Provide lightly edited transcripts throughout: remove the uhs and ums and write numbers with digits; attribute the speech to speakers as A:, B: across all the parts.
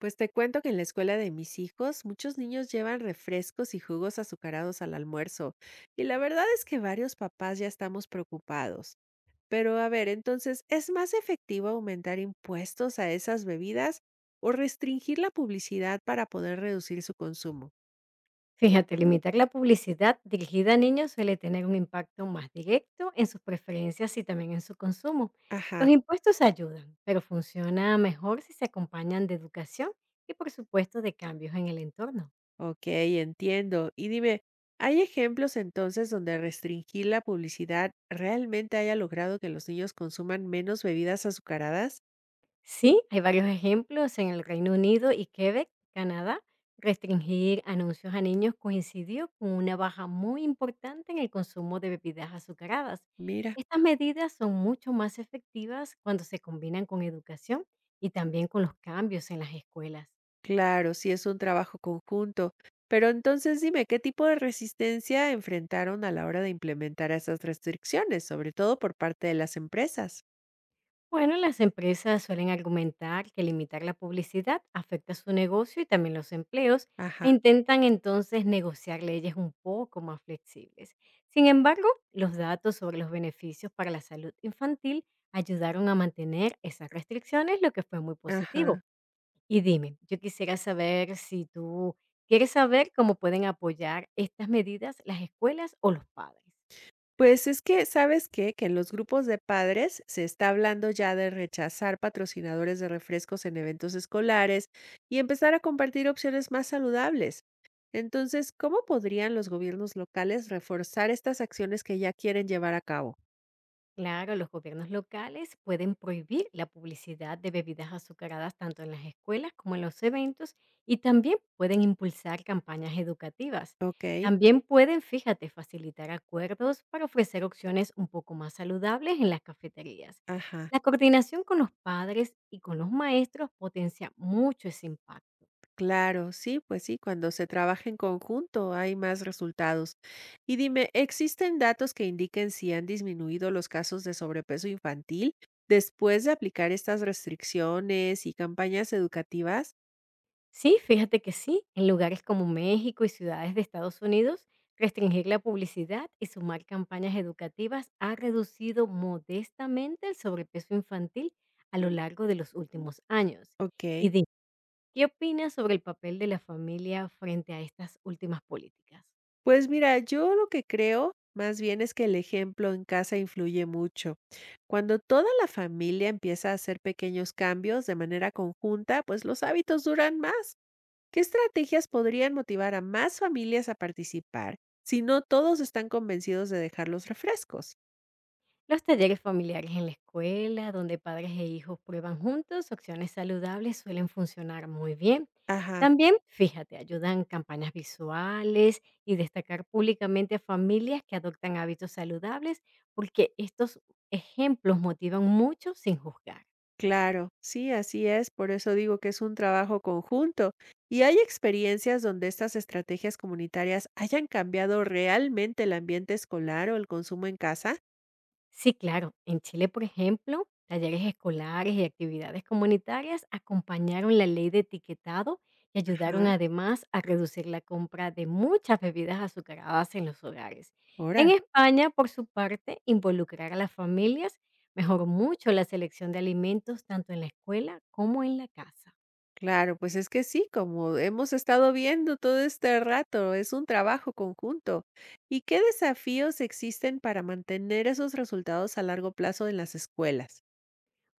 A: Pues te cuento que en la escuela de mis hijos muchos niños llevan refrescos y jugos azucarados al almuerzo, y la verdad es que varios papás ya estamos preocupados. Pero a ver, entonces, ¿es más efectivo aumentar impuestos a esas bebidas o restringir la publicidad para poder reducir su consumo?
B: Fíjate, limitar la publicidad dirigida a niños suele tener un impacto más directo en sus preferencias y también en su consumo.
A: Ajá,
B: Los impuestos ayudan, pero funciona mejor si se acompañan de educación y por supuesto de cambios en el entorno.
A: ok, entiendo. Y dime, ¿hay ejemplos entonces donde restringir la publicidad realmente haya logrado que los niños consuman menos bebidas azucaradas?
B: Sí, hay varios ejemplos en el Reino Unido y Quebec, Canadá. Restringir anuncios a niños coincidió con una baja muy importante en el consumo de bebidas azucaradas.
A: Mira.
B: Estas medidas son mucho más efectivas cuando se combinan con educación y también con los cambios en las escuelas.
A: Claro, sí es un trabajo conjunto. Pero entonces dime, ¿qué tipo de resistencia enfrentaron a la hora de implementar esas restricciones, sobre todo por parte de las empresas?
B: Bueno, las empresas suelen argumentar que limitar la publicidad afecta su negocio y también los empleos
A: Ajá,
B: e intentan entonces negociar leyes un poco más flexibles. Sin embargo, los datos sobre los beneficios para la salud infantil ayudaron a mantener esas restricciones, lo que fue muy
A: ajá.
B: positivo. Y dime, yo quisiera saber si tú quieres saber cómo pueden apoyar estas medidas las escuelas o los padres.
A: Pues es que, ¿sabes qué? Que en los grupos de padres se está hablando ya de rechazar patrocinadores de refrescos en eventos escolares y empezar a compartir opciones más saludables. Entonces, ¿cómo podrían los gobiernos locales reforzar estas acciones que ya quieren llevar a cabo?
B: Claro, los gobiernos locales pueden prohibir la publicidad de bebidas azucaradas tanto en las escuelas como en los eventos y también pueden impulsar campañas educativas.
A: Ok,
B: También pueden, fíjate, facilitar acuerdos para ofrecer opciones un poco más saludables en las cafeterías.
A: ajá.
B: La coordinación con los padres y con los maestros potencia mucho ese impacto.
A: Claro, sí, pues sí, cuando se trabaja en conjunto hay más resultados. Y dime, ¿existen datos que indiquen si han disminuido los casos de sobrepeso infantil después de aplicar estas restricciones y campañas educativas?
B: Sí, fíjate que sí, en lugares como México y ciudades de Estados Unidos, restringir la publicidad y sumar campañas educativas ha reducido modestamente el sobrepeso infantil a lo largo de los últimos años.
A: Ok,
B: Y dime, ¿qué opinas sobre el papel de la familia frente a estas últimas políticas?
A: pues mira, yo lo que creo más bien es que el ejemplo en casa influye mucho. Cuando toda la familia empieza a hacer pequeños cambios de manera conjunta, pues los hábitos duran más. ¿Qué estrategias podrían motivar a más familias a participar si no todos están convencidos de dejar los refrescos?
B: Los talleres familiares en la escuela, donde padres e hijos prueban juntos opciones saludables, suelen funcionar muy bien.
A: Ajá,
B: También, fíjate, ayudan campañas visuales y destacar públicamente a familias que adoptan hábitos saludables, porque estos ejemplos motivan mucho sin juzgar.
A: claro, sí, así es, por eso digo que es un trabajo conjunto. ¿Y hay experiencias donde estas estrategias comunitarias hayan cambiado realmente el ambiente escolar o el consumo en casa?
B: Sí, claro. En Chile, por ejemplo, talleres escolares y actividades comunitarias acompañaron la ley de etiquetado y ayudaron
A: Ajá,
B: además a reducir la compra de muchas bebidas azucaradas en los hogares.
A: ¿ahora?
B: En España, por su parte, involucrar a las familias mejoró mucho la selección de alimentos tanto en la escuela como en la casa.
A: Claro, pues es que sí, como hemos estado viendo todo este rato, es un trabajo conjunto. ¿Y qué desafíos existen para mantener esos resultados a largo plazo en las escuelas?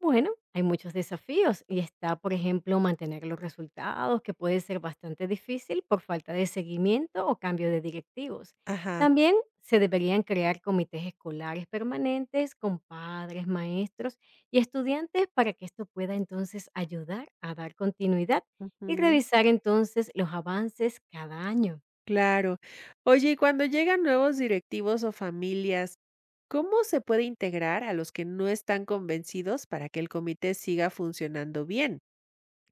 B: Bueno, hay muchos desafíos y está, por ejemplo, mantener los resultados, que puede ser bastante difícil por falta de seguimiento o cambio de directivos.
A: Ajá.
B: También se deberían crear comités escolares permanentes con padres, maestros y estudiantes para que esto pueda entonces ayudar a dar continuidad y revisar entonces los avances cada año.
A: Claro. Oye, y cuando llegan nuevos directivos o familias, ¿cómo se puede integrar a los que no están convencidos para que el comité siga funcionando bien?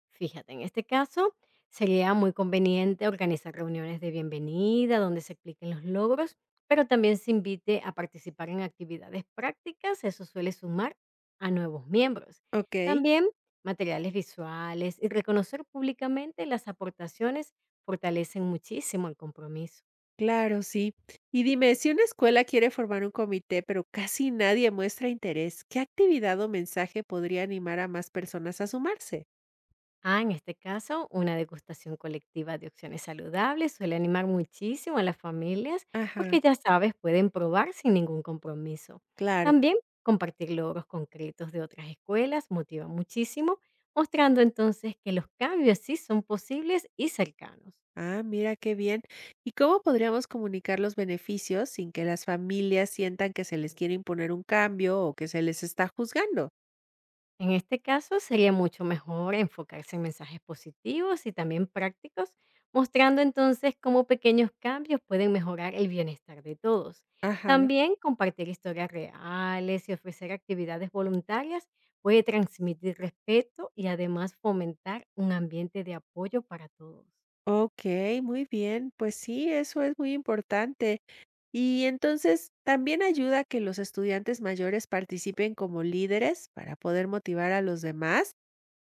B: Fíjate, en este caso sería muy conveniente organizar reuniones de bienvenida donde se expliquen los logros, pero también se invite a participar en actividades prácticas, eso suele sumar a nuevos miembros.
A: Ok,
B: También materiales visuales y reconocer públicamente las aportaciones fortalecen muchísimo el compromiso.
A: claro, sí. Y dime, si una escuela quiere formar un comité, pero casi nadie muestra interés, ¿qué actividad o mensaje podría animar a más personas a sumarse?
B: Ah, en este caso, una degustación colectiva de opciones saludables suele animar muchísimo a las familias
A: Ajá.
B: porque ya sabes, pueden probar sin ningún compromiso.
A: Claro.
B: También compartir logros concretos de otras escuelas motiva muchísimo, mostrando entonces que los cambios sí son posibles y cercanos.
A: Ah, mira qué bien. ¿Y cómo podríamos comunicar los beneficios sin que las familias sientan que se les quiere imponer un cambio o que se les está juzgando?
B: En este caso, sería mucho mejor enfocarse en mensajes positivos y también prácticos, mostrando entonces cómo pequeños cambios pueden mejorar el bienestar de todos.
A: Ajá.
B: También compartir historias reales y ofrecer actividades voluntarias puede transmitir respeto y además fomentar un ambiente de apoyo para todos.
A: Ok, muy bien. Pues sí, eso es muy importante. Y entonces, ¿también ayuda que los estudiantes mayores participen como líderes para poder motivar a los demás?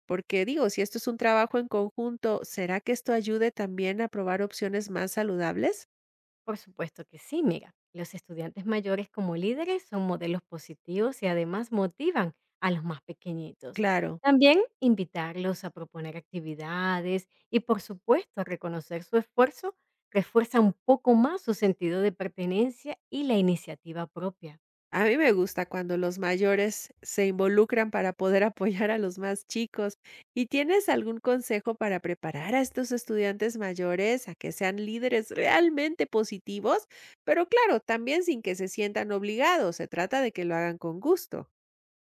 A: Porque digo, si esto es un trabajo en conjunto, ¿será que esto ayude también a probar opciones más saludables?
B: Por supuesto que sí, mira, los estudiantes mayores como líderes son modelos positivos y además motivan a los más pequeñitos.
A: Claro.
B: También invitarlos a proponer actividades y por supuesto reconocer su esfuerzo refuerza un poco más su sentido de pertenencia y la iniciativa propia.
A: A mí me gusta cuando los mayores se involucran para poder apoyar a los más chicos. ¿Y tienes algún consejo para preparar a estos estudiantes mayores a que sean líderes realmente positivos? Pero claro, también sin que se sientan obligados, se trata de que lo hagan con gusto.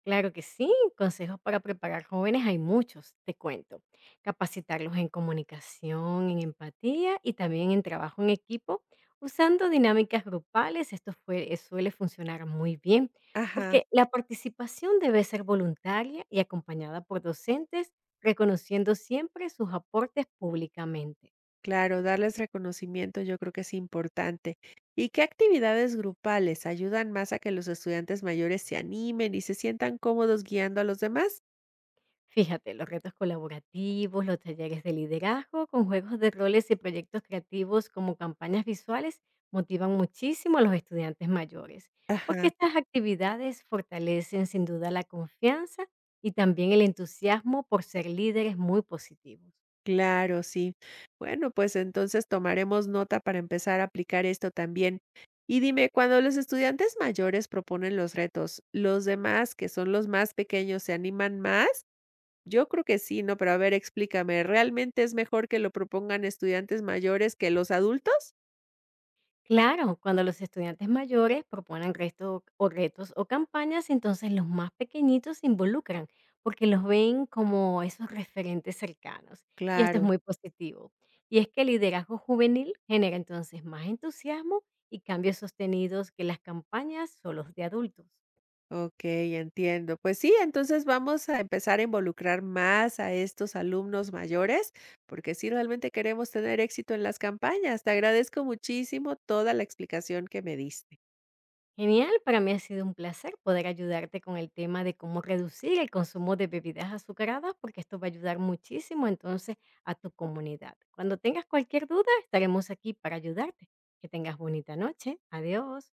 B: Claro que sí, consejos para preparar jóvenes hay muchos, te cuento. Capacitarlos en comunicación, en empatía y también en trabajo en equipo, usando dinámicas grupales, suele funcionar muy bien,
A: Ajá,
B: porque la participación debe ser voluntaria y acompañada por docentes, reconociendo siempre sus aportes públicamente.
A: claro, darles reconocimiento yo creo que es importante. ¿Y qué actividades grupales ayudan más a que los estudiantes mayores se animen y se sientan cómodos guiando a los demás?
B: Fíjate, los retos colaborativos, los talleres de liderazgo con juegos de roles y proyectos creativos como campañas visuales motivan muchísimo a los estudiantes mayores, porque
A: Ajá.
B: estas actividades fortalecen sin duda la confianza y también el entusiasmo por ser líderes muy positivos.
A: Claro, sí. Bueno, pues entonces tomaremos nota para empezar a aplicar esto también. Y dime, cuando los estudiantes mayores proponen los retos, ¿los demás, que son los más pequeños, se animan más? Yo creo que sí, ¿no? Pero a ver, explícame, ¿realmente es mejor que lo propongan estudiantes mayores que los adultos?
B: Claro, cuando los estudiantes mayores proponen retos o campañas, entonces los más pequeñitos se involucran porque los ven como esos referentes cercanos. Y esto es
A: Claro.
B: muy positivo. Y es que el liderazgo juvenil genera entonces más entusiasmo y cambios sostenidos que las campañas solos de adultos.
A: Ok, entiendo. Pues sí, entonces vamos a empezar a involucrar más a estos alumnos mayores, porque sí realmente queremos tener éxito en las campañas. Te agradezco muchísimo toda la explicación que me diste.
B: Genial, para mí ha sido un placer poder ayudarte con el tema de cómo reducir el consumo de bebidas azucaradas, porque esto va a ayudar muchísimo entonces a tu comunidad. Cuando tengas cualquier duda, estaremos aquí para ayudarte. Que tengas bonita noche. Adiós.